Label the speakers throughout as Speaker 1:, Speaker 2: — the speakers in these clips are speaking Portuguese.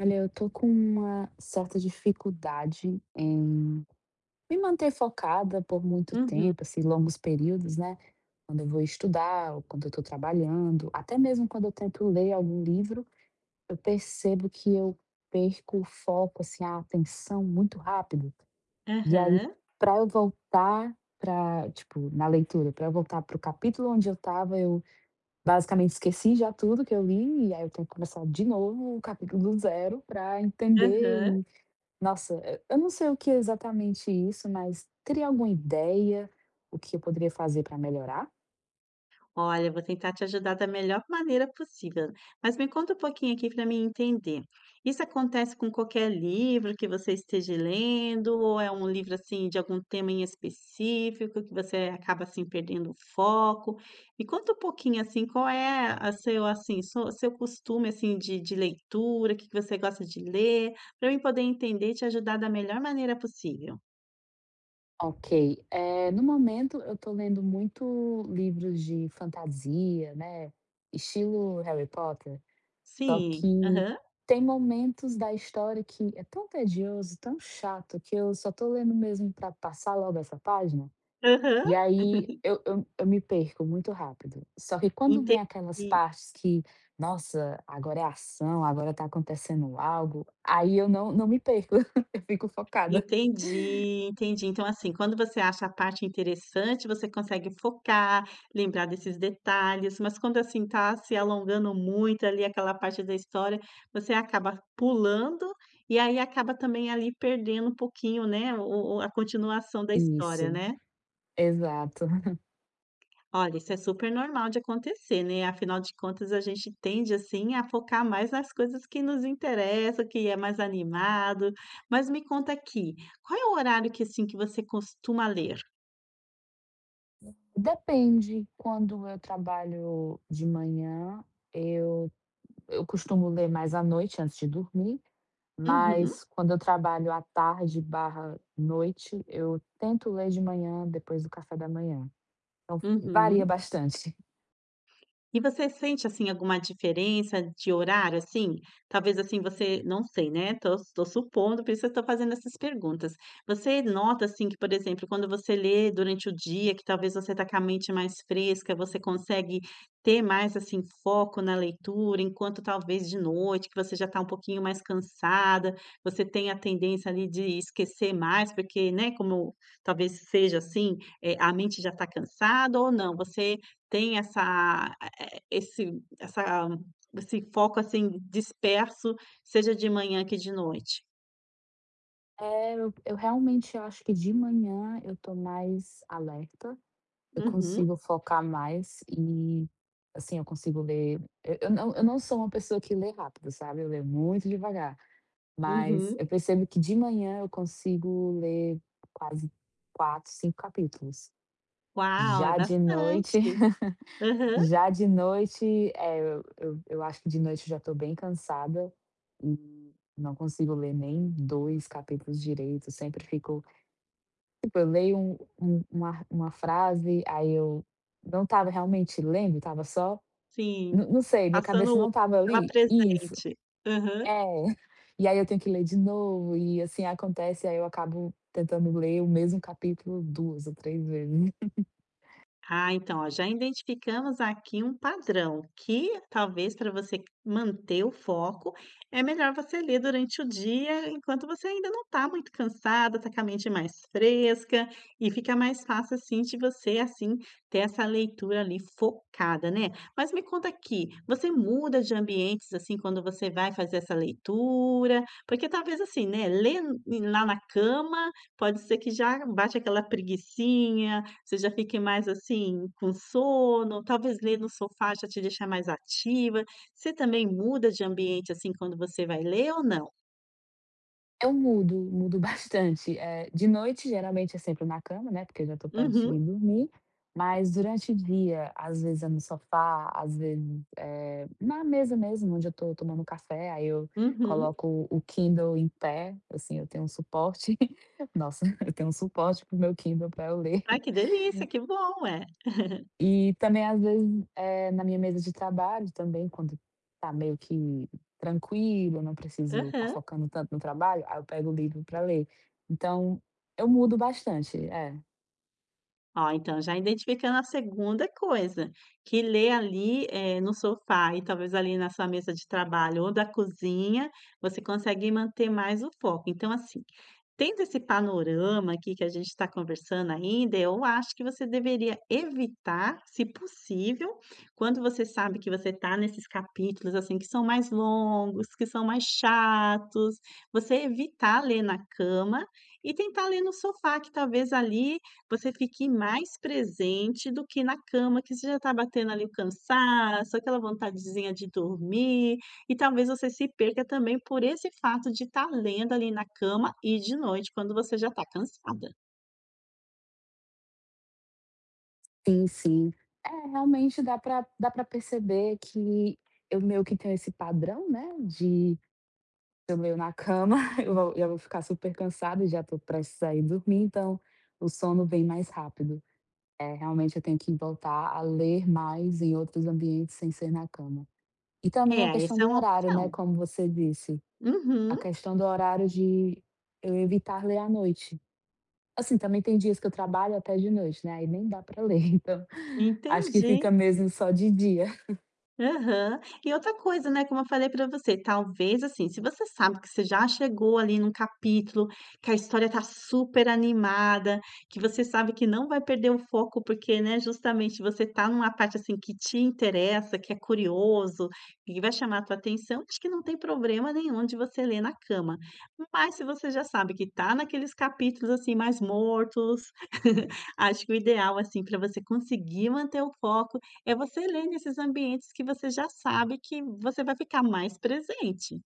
Speaker 1: Olha, eu tô com uma certa dificuldade em me manter focada por muito
Speaker 2: Uhum.
Speaker 1: tempo, assim, longos períodos, né? Quando eu vou estudar, ou quando eu tô trabalhando, até mesmo quando eu tento ler algum livro, eu percebo que eu perco o foco, assim, a atenção muito rápido. E aí,
Speaker 2: Aham,
Speaker 1: para eu voltar para tipo, na leitura, para eu voltar pro capítulo onde eu tava, eu basicamente esqueci já tudo que eu li, e aí eu tenho que começar de novo o capítulo do zero para
Speaker 2: aham.
Speaker 1: entender. Nossa, e eu não sei o que é exatamente isso, mas teria alguma ideia, o que eu poderia fazer para melhorar?
Speaker 2: Olha, vou tentar te ajudar da melhor maneira possível. Mas me conta um pouquinho aqui para mim entender. Isso acontece com qualquer livro que você esteja lendo, ou é um livro assim de algum tema em específico que você acaba assim perdendo o foco? Me conta um pouquinho assim, qual é a seu assim, seu costume assim de leitura, o que que você gosta de ler, para eu poder entender e te ajudar da melhor maneira possível.
Speaker 1: Ok, no momento eu estou lendo muito livros de fantasia, né, estilo Harry Potter, só
Speaker 2: Sim,
Speaker 1: que
Speaker 2: aham,
Speaker 1: tem momentos da história que é tão tedioso, tão chato, que eu só tô lendo mesmo para passar logo essa página.
Speaker 2: aham.
Speaker 1: E aí eu me perco muito rápido. Só que quando vem aquelas
Speaker 2: Entendi,
Speaker 1: partes que: "Nossa, agora é ação, agora tá acontecendo algo", aí eu não me perco, eu fico focada.
Speaker 2: entendi. Então, assim, quando você acha a parte interessante, você consegue focar, lembrar desses detalhes, mas quando, assim, tá se alongando muito ali aquela parte da história, você acaba pulando e aí acaba também ali perdendo um pouquinho, né, o a continuação da história,
Speaker 1: Isso,
Speaker 2: né?
Speaker 1: exato.
Speaker 2: Olha, isso é super normal de acontecer, né? Afinal de contas, a gente tende assim a focar mais nas coisas que nos interessam, que é mais animado. Mas me conta aqui, qual é o horário que assim que você costuma ler?
Speaker 1: Depende, quando eu trabalho de manhã, eu eu costumo ler mais à noite antes de dormir,
Speaker 2: Uhum,
Speaker 1: mas quando eu trabalho à tarde barra noite, eu tento ler de manhã depois do café da manhã. Então varia
Speaker 2: uhum.
Speaker 1: bastante.
Speaker 2: E você sente, assim, alguma diferença de horário, assim? Talvez, assim, você não sei, né, tô supondo, por isso eu tô fazendo essas perguntas. Você nota, assim, que, por exemplo, quando você lê durante o dia, que talvez você está com a mente mais fresca, você consegue ter mais, assim, foco na leitura, enquanto talvez de noite, que você já está um pouquinho mais cansada, você tem a tendência ali de esquecer mais, porque, né, como talvez seja assim, a mente já está cansada ou não? Você tem essa esse foco, assim, disperso, seja de manhã que de noite.
Speaker 1: É, eu realmente acho que de manhã eu tô mais alerta, eu
Speaker 2: Uhum,
Speaker 1: consigo focar mais e, assim, eu consigo ler. Eu não sou uma pessoa que lê rápido, sabe, eu leio muito devagar, mas
Speaker 2: uhum.
Speaker 1: eu percebo que de manhã eu consigo ler quase quatro, 5 capítulos.
Speaker 2: Uau, é
Speaker 1: Já de noite
Speaker 2: bastante. Aham,
Speaker 1: já de noite, eu acho que de noite eu já tô bem cansada e não consigo ler nem 2 capítulos direito, sempre fico. Tipo, eu leio uma frase, aí eu não estava realmente lendo, estava só.
Speaker 2: sim.
Speaker 1: Não sei, minha cabeça
Speaker 2: Passando o
Speaker 1: não estava
Speaker 2: estar
Speaker 1: ali. Isso,
Speaker 2: presente. Aham.
Speaker 1: é. E aí eu tenho que ler de novo e assim acontece, aí eu acabo tentando ler o mesmo capítulo 2 ou 3 vezes.
Speaker 2: Ah, então, ó, já identificamos aqui um padrão que talvez para você manter o foco, é melhor você ler durante o dia, enquanto você ainda não está muito cansada, está com a mente mais fresca e fica mais fácil assim de você assim ter essa leitura ali focada, né? Mas me conta aqui, você muda de ambientes assim quando você vai fazer essa leitura? Porque talvez assim, né, ler lá na cama, pode ser que já bate aquela preguicinha, você já fica mais, assim, com sono, talvez ler no sofá já te deixar mais ativa. Você também muda de ambiente, assim, quando você vai ler ou não?
Speaker 1: Eu mudo, mudo bastante. De noite, geralmente, é sempre na cama, né, porque eu já tô perto de ir
Speaker 2: Uhum,
Speaker 1: dormir, mas durante o dia, às vezes é no sofá, às vezes é na mesa mesmo, onde eu tô tomando café, aí eu
Speaker 2: uhum.
Speaker 1: coloco o Kindle em pé, assim, eu tenho um suporte. Nossa, eu tenho um suporte para o meu Kindle pra eu ler.
Speaker 2: Ai, que delícia, que bom, é.
Speaker 1: E também, às vezes, na minha mesa de trabalho também, quando tá meio que tranquilo, não preciso estar
Speaker 2: Aham.
Speaker 1: focando tanto no trabalho, aí eu pego o livro para ler. Então, eu mudo bastante, é.
Speaker 2: Ó, então já identificando a segunda coisa, que ler ali, no sofá e talvez ali na sua mesa de trabalho ou da cozinha, você consegue manter mais o foco. Então, assim, tendo esse panorama aqui que a gente está conversando ainda, eu acho que você deveria evitar, se possível, quando você sabe que você está nesses capítulos, assim, que são mais longos, que são mais chatos, você evitar ler na cama e tentar ler no sofá, que talvez ali você fique mais presente do que na cama, que você já está batendo ali o cansaço, aquela vontadezinha de dormir. E talvez você se perca também por esse fato de estar lendo ali na cama e de noite, quando você já está cansada.
Speaker 1: Sim, sim. É, realmente dá para perceber que eu meio que tenho esse padrão, né, de eu leio na cama, eu vou já vou ficar super cansada e já estou prestes a ir dormir, então o sono vem mais rápido. É, realmente eu tenho que voltar a ler mais em outros ambientes sem ser na cama. E também a
Speaker 2: É,
Speaker 1: questão
Speaker 2: essa é
Speaker 1: do
Speaker 2: uma
Speaker 1: horário, né,
Speaker 2: opção.
Speaker 1: como você disse, a
Speaker 2: Uhum,
Speaker 1: questão do horário de eu evitar ler à noite. Assim, também tem dias que eu trabalho até de noite, né, aí nem dá para ler, então acho que fica
Speaker 2: entendi.
Speaker 1: mesmo só de dia.
Speaker 2: Aham. E outra coisa, né, como eu falei pra você, talvez, assim, se você sabe que você já chegou ali num capítulo, que a história tá super animada, que você sabe que não vai perder o foco, porque, né, justamente você tá numa parte, assim, que te interessa, que é curioso, que vai chamar a tua atenção, acho que não tem problema nenhum de você ler na cama. Mas se você já sabe que tá naqueles capítulos, assim, mais mortos, acho que o ideal, assim, para você conseguir manter o foco é você ler nesses ambientes que você já sabe que você vai ficar mais presente.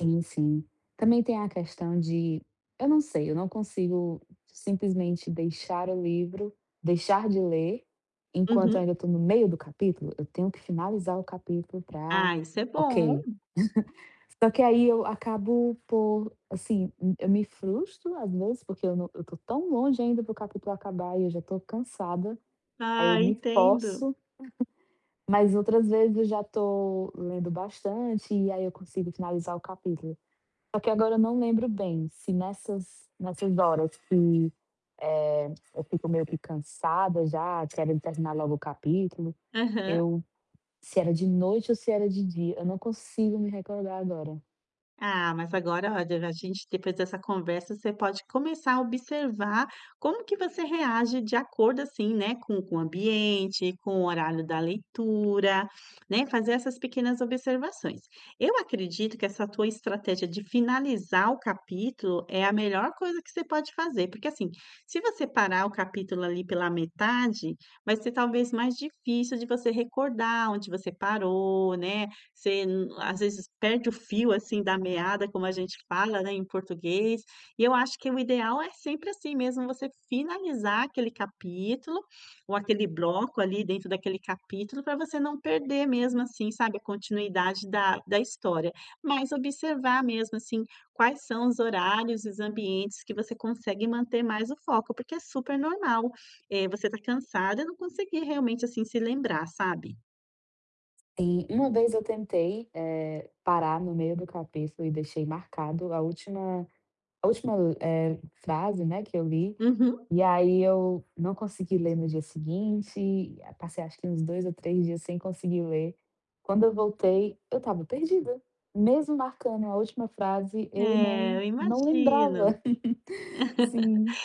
Speaker 1: Sim, sim. Também tem a questão de eu não sei, eu não consigo simplesmente deixar o livro, deixar de ler enquanto eu
Speaker 2: Uhum.
Speaker 1: ainda estou no meio do capítulo, eu tenho que finalizar o capítulo para,
Speaker 2: Ah, isso é bom.
Speaker 1: ok. Só que aí eu acabo por, assim, eu me frustro às vezes, porque eu não eu estou tão longe ainda para o capítulo acabar e eu já estou cansada, aí
Speaker 2: Ah,
Speaker 1: eu me
Speaker 2: entendo.
Speaker 1: forço, mas outras vezes eu já estou lendo bastante e aí eu consigo finalizar o capítulo. Só que agora eu não lembro bem se nessas horas que, eh, eu fico meio que cansada já, querendo terminar logo o capítulo,
Speaker 2: Aham.
Speaker 1: eu se era de noite ou se era de dia, eu não consigo me recordar agora.
Speaker 2: Ah, mas agora, olha, a gente depois dessa conversa, você pode começar a observar como que você reage de acordo assim, né, com o ambiente, com o horário da leitura, né, fazer essas pequenas observações. Eu acredito que essa tua estratégia de finalizar o capítulo é a melhor coisa que você pode fazer, porque assim, se você parar o capítulo ali pela metade, vai ser talvez mais difícil de você recordar onde você parou, né? Você às vezes perde o fio, assim, da meada, como a gente fala, né, em português. E eu acho que o ideal é sempre assim mesmo, você finalizar aquele capítulo, ou aquele bloco ali dentro daquele capítulo, para você não perder mesmo, assim, sabe, a continuidade da história. Mas observar mesmo, assim, quais são os horários os ambientes que você consegue manter mais o foco, porque é super normal, você tá cansada e não conseguir realmente, assim, se lembrar, sabe?
Speaker 1: E uma vez eu tentei, parar no meio do capítulo e deixei marcado a última, a última frase, né, que eu li.
Speaker 2: Uhum.
Speaker 1: E aí eu não consegui ler no dia seguinte, e passei acho que uns 2 ou 3 dias sem conseguir ler. Quando eu voltei, eu estava perdida. Mesmo marcando a última frase, eu
Speaker 2: É,
Speaker 1: não
Speaker 2: eu
Speaker 1: não lembrava.
Speaker 2: imagino.
Speaker 1: Sim,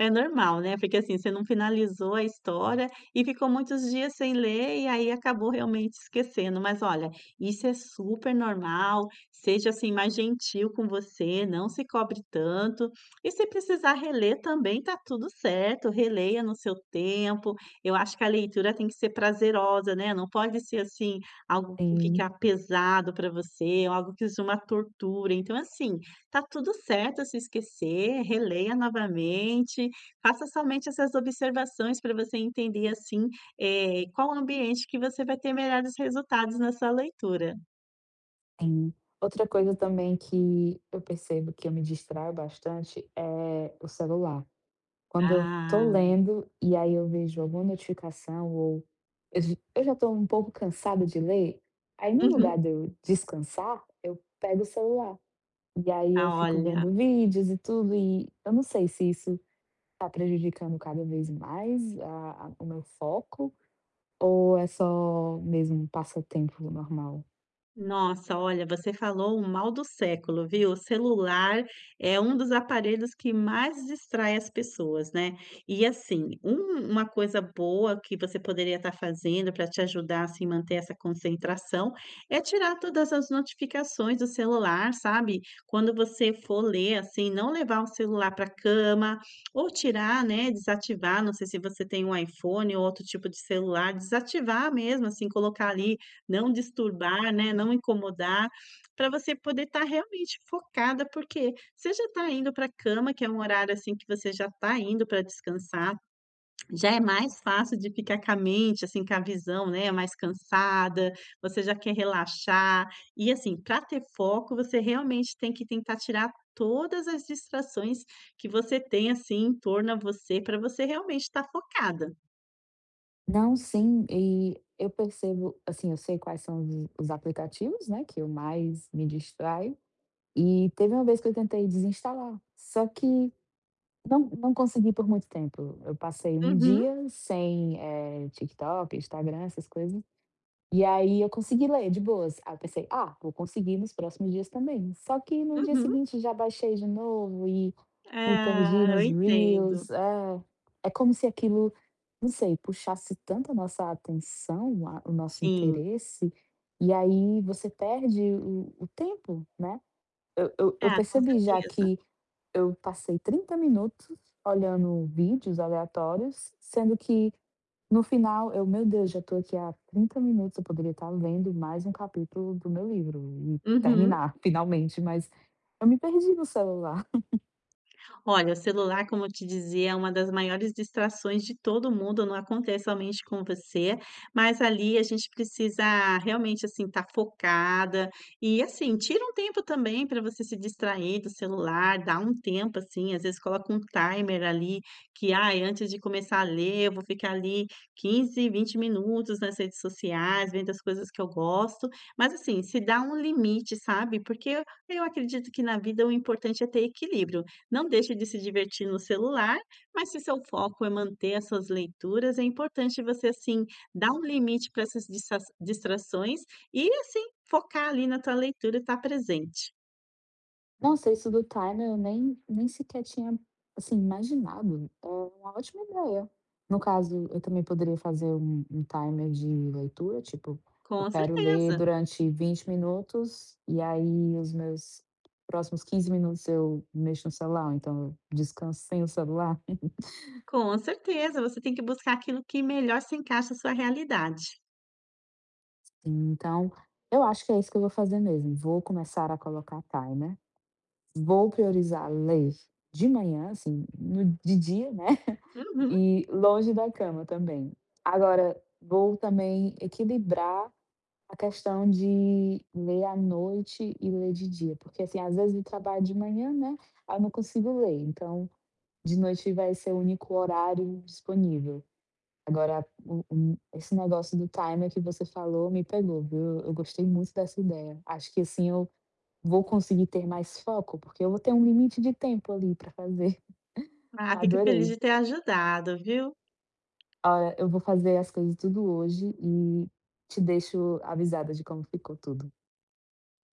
Speaker 2: É normal, né, porque, assim, você não finalizou a história e ficou muitos dias sem ler e aí acabou realmente esquecendo. Mas olha, isso é super normal, seja, assim, mais gentil com você, não se cobre tanto. E se precisar reler também tá tudo certo, releia no seu tempo. Eu acho que a leitura tem que ser prazerosa, né, não pode ser, assim, algo que
Speaker 1: sim,
Speaker 2: fica pesado para você, ou algo que seja uma tortura. Então, assim, tá tudo certo se esquecer, releia novamente. Faça somente essas observações para você entender, assim, qual ambiente que você vai ter melhores resultados na sua leitura.
Speaker 1: sim. Outra coisa também que eu percebo que eu me distraio bastante é o celular. Quando eu tô
Speaker 2: Ah.
Speaker 1: lendo e aí eu vejo alguma notificação, ou eu já tô um pouco cansada de ler, aí no lugar
Speaker 2: Uhum.
Speaker 1: de eu descansar, eu pego o celular. E aí eu
Speaker 2: Ah,
Speaker 1: fico vendo
Speaker 2: olha.
Speaker 1: vídeos e tudo e eu não sei se isso tá prejudicando cada vez mais a o meu foco, ou é só mesmo um passatempo normal.
Speaker 2: Nossa, olha, você falou o mal do século, viu? O celular é um dos aparelhos que mais distrai as pessoas, né? E assim, uma coisa boa que você poderia estar fazendo para te ajudar assim, manter essa concentração é tirar todas as notificações do celular, sabe? Quando você for ler, assim, não levar o celular para a cama ou tirar, né? Desativar. Não sei se você tem um iPhone ou outro tipo de celular, desativar mesmo, assim, colocar ali não disturbar, né, não incomodar, para você poder estar realmente focada, porque você já está indo para a cama, que é um horário, assim, que você já está indo para descansar, já é mais fácil de ficar com a mente, assim, com a visão, né, mais cansada, você já quer relaxar. E, assim, para ter foco, você realmente tem que tentar tirar todas as distrações que você tem, assim, em torno a você, para você realmente estar focada.
Speaker 1: Não, sim, e eu percebo assim, eu sei quais são os aplicativos, né, que eu mais me distraio. E teve uma vez que eu tentei desinstalar, só que não consegui por muito tempo. Eu passei um
Speaker 2: Uhum,
Speaker 1: dia sem, TikTok, Instagram, essas coisas, e aí eu consegui ler de boas. Aí eu pensei: "Ah, vou conseguir nos próximos dias também". Só que no dia
Speaker 2: uhum.
Speaker 1: seguinte já baixei de novo e me
Speaker 2: Ah,
Speaker 1: perdi
Speaker 2: eu
Speaker 1: nos
Speaker 2: entendo.
Speaker 1: reels. É, é como se aquilo, não sei, puxasse tanto a nossa atenção, a o nosso
Speaker 2: Sim.
Speaker 1: interesse, e aí você perde o tempo, né. Eu
Speaker 2: Ah, com
Speaker 1: percebi já
Speaker 2: certeza.
Speaker 1: que eu passei 30 minutos olhando vídeos aleatórios, sendo que no final eu: "Meu Deus, já tô aqui há 30 minutos, eu poderia estar lendo mais um capítulo do meu livro e
Speaker 2: Uhum.
Speaker 1: terminar finalmente", mas eu me perdi no celular.
Speaker 2: Olha, o celular, como eu te dizia, é uma das maiores distrações de todo mundo, não acontece somente com você, mas ali a gente precisa realmente, assim, estar focada e, assim, tira um tempo também para você se distrair do celular, dá um tempo, assim, às vezes coloca um timer ali que, ai, antes de começar a ler, eu vou ficar ali 15, 20 minutos nas redes sociais, vendo as coisas que eu gosto, mas, assim, se dá um limite, sabe, porque eu acredito que na vida o importante é ter equilíbrio. Não deixe de se divertir no celular, mas se seu foco é manter as suas leituras, é importante você, assim, dar um limite para essas dissa distrações e, assim, focar ali na tua leitura e estar presente.
Speaker 1: Nossa, isso do timer eu nem sequer tinha, assim, imaginado. É uma ótima ideia. No caso, eu também poderia fazer um timer de leitura, tipo, eu
Speaker 2: Com
Speaker 1: quero ler
Speaker 2: certeza,
Speaker 1: durante 20 minutos, e aí os meus próximos 15 minutos eu mexo no celular, ou então eu descanso sem o celular.
Speaker 2: com certeza, você tem que buscar aquilo que melhor se encaixa à sua realidade.
Speaker 1: Então, eu acho que é isso que eu vou fazer mesmo, vou começar a colocar timer, vou priorizar ler de manhã, assim, no de dia, né?
Speaker 2: Uhum.
Speaker 1: E longe da cama também. Agora, vou também equilibrar a questão de ler à noite e ler de dia, porque assim, às vezes eu trabalho de manhã, né, aí eu não consigo ler, então de noite vai ser o único horário disponível. Agora o esse negócio do timer que você falou me pegou, viu, eu gostei muito dessa ideia. Acho que assim eu vou conseguir ter mais foco, porque eu vou ter um limite de tempo ali para fazer.
Speaker 2: Ah, fico feliz
Speaker 1: Adorei.
Speaker 2: de ter ajudado, viu?
Speaker 1: Olha, eu vou fazer as coisas tudo hoje e te deixo avisada de como ficou tudo.